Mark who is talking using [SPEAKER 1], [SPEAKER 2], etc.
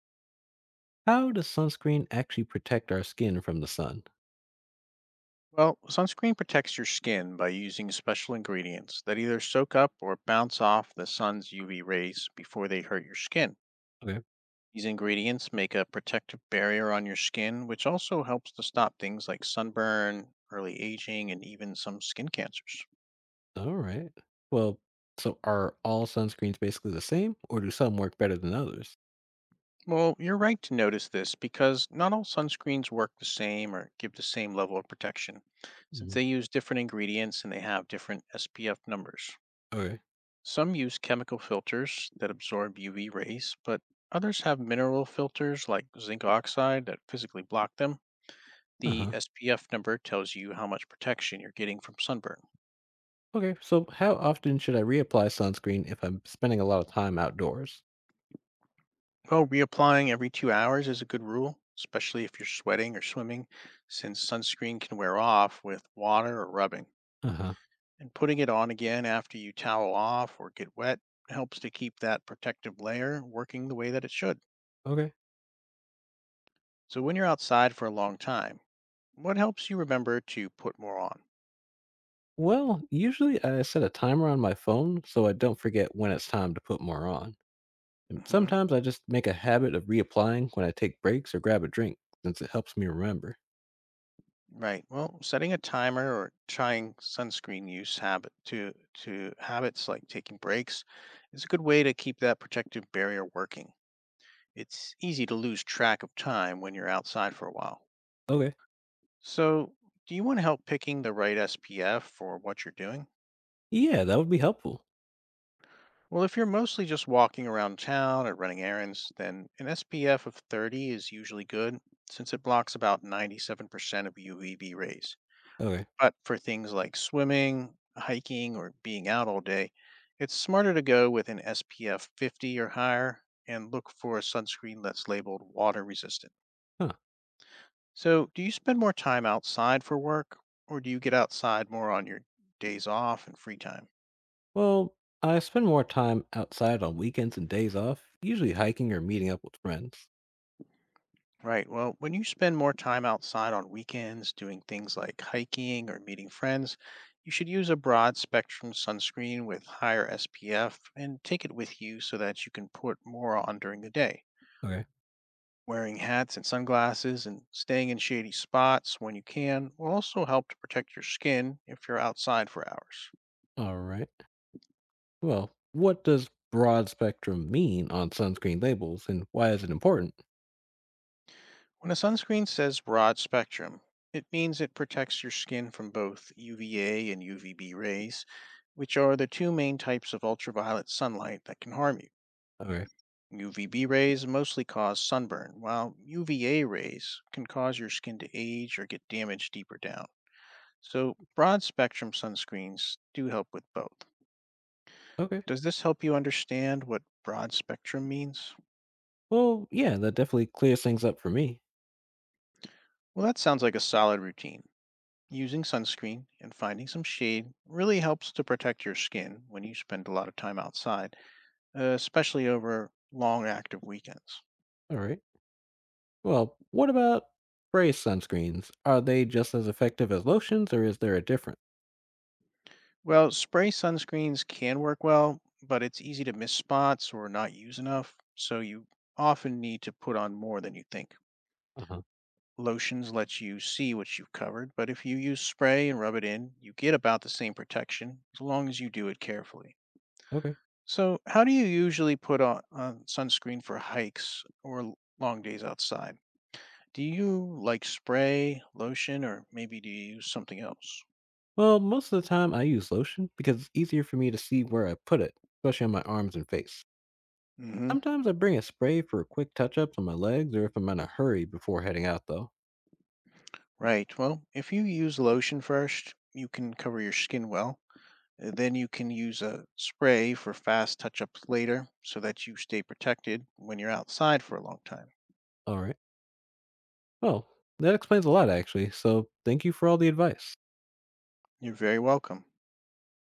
[SPEAKER 1] How does sunscreen actually protect our skin from the sun?
[SPEAKER 2] Well, sunscreen protects your skin by using special ingredients that either soak up or bounce off the sun's UV rays before they hurt your skin.
[SPEAKER 1] Okay.
[SPEAKER 2] These ingredients make a protective barrier on your skin, which also helps to stop things like sunburn, early aging, and even some skin cancers.
[SPEAKER 1] All right. Well, so are all sunscreens basically the same, or do some work better than others?
[SPEAKER 2] Well, you're right to notice this because not all sunscreens work the same or give the same level of protection, since
[SPEAKER 1] Mhm.
[SPEAKER 2] they use different ingredients and they have different SPF numbers.
[SPEAKER 1] Okay.
[SPEAKER 2] Some use chemical filters that absorb UV rays, but others have mineral filters like zinc oxide that physically block them.
[SPEAKER 1] Uh
[SPEAKER 2] The
[SPEAKER 1] huh.
[SPEAKER 2] SPF number tells you how much protection you're getting from sunburn.
[SPEAKER 1] Okay. So, how often should I reapply sunscreen if I'm spending a lot of time outdoors?
[SPEAKER 2] Well, reapplying every 2 hours is a good rule, especially if you're sweating or swimming, since sunscreen can wear off with water or rubbing.
[SPEAKER 1] Uh huh.
[SPEAKER 2] And putting it on again after you towel off or get wet helps to keep that protective layer working the way that it should.
[SPEAKER 1] Okay.
[SPEAKER 2] So when you're outside for a long time, what helps you remember to put more on?
[SPEAKER 1] Well, usually I set a timer on my phone so I don't forget when it's time to put more on. And
[SPEAKER 2] Hmm.
[SPEAKER 1] sometimes I just make a habit of reapplying when I take breaks or grab a drink since it helps me remember.
[SPEAKER 2] Right. Well, setting a timer or trying sunscreen use habit to habits like taking breaks is a good way to keep that protective barrier working. It's easy to lose track of time when you're outside for a while.
[SPEAKER 1] Okay.
[SPEAKER 2] So, do you want to help picking the right SPF for what you're doing?
[SPEAKER 1] Yeah, that would be helpful.
[SPEAKER 2] Well, if you're mostly just walking around town or running errands, then an SPF of 30 is usually good since it blocks about 97% of UVB rays.
[SPEAKER 1] Okay.
[SPEAKER 2] But for things like swimming, hiking, or being out all day, it's smarter to go with an SPF 50 or higher and look for a sunscreen that's labeled water resistant.
[SPEAKER 1] Huh.
[SPEAKER 2] So, do you spend more time outside for work or do you get outside more on your days off and free time?
[SPEAKER 1] Well, I spend more time outside on weekends and days off, usually hiking or meeting up with friends.
[SPEAKER 2] Right. Well, when you spend more time outside on weekends doing things like hiking or meeting friends, you should use a broad spectrum sunscreen with higher SPF and take it with you so that you can put more on during the day.
[SPEAKER 1] Okay.
[SPEAKER 2] Wearing hats and sunglasses and staying in shady spots when you can will also help to protect your skin if you're outside for hours.
[SPEAKER 1] All right. Well, what does broad spectrum mean on sunscreen labels and why is it important?
[SPEAKER 2] When a sunscreen says broad spectrum, it means it protects your skin from both UVA and UVB rays, which are the two main types of ultraviolet sunlight that can harm
[SPEAKER 1] Okay.
[SPEAKER 2] you. UVB rays mostly cause sunburn, while UVA rays can cause your skin to age or get damaged deeper down. So, broad spectrum sunscreens do help with both.
[SPEAKER 1] Okay.
[SPEAKER 2] Does this help you understand what broad spectrum means?
[SPEAKER 1] Well, yeah, that definitely clears things up for me.
[SPEAKER 2] Well, that sounds like a solid routine. Using sunscreen and finding some shade really helps to protect your skin when you spend a lot of time outside, especially over long active weekends.
[SPEAKER 1] All right. Well, what about spray sunscreens? Are they just as effective as lotions or is there a difference?
[SPEAKER 2] Well, spray sunscreens can work well, but it's easy to miss spots or not use enough, so you often need to put on more than you think.
[SPEAKER 1] Uh huh.
[SPEAKER 2] Lotions let you see what you've covered, but if you use spray and rub it in, you get about the same protection as long as you do it carefully.
[SPEAKER 1] Okay.
[SPEAKER 2] So, how do you usually put on sunscreen for hikes or long days outside? Do you like spray, lotion, or maybe do you use something else?
[SPEAKER 1] Well, most of the time I use lotion because it's easier for me to see where I put it, especially on my arms and face.
[SPEAKER 2] Hmm.
[SPEAKER 1] Sometimes I bring a spray for quick touch ups on my legs or if I'm in a hurry before heading out, though.
[SPEAKER 2] Right. Well, if you use lotion first, you can cover your skin well. Then you can use a spray for fast touch ups later so that you stay protected when you're outside for a long time.
[SPEAKER 1] All right. Well, that explains a lot, actually. So thank you for all the advice.
[SPEAKER 2] You're very welcome.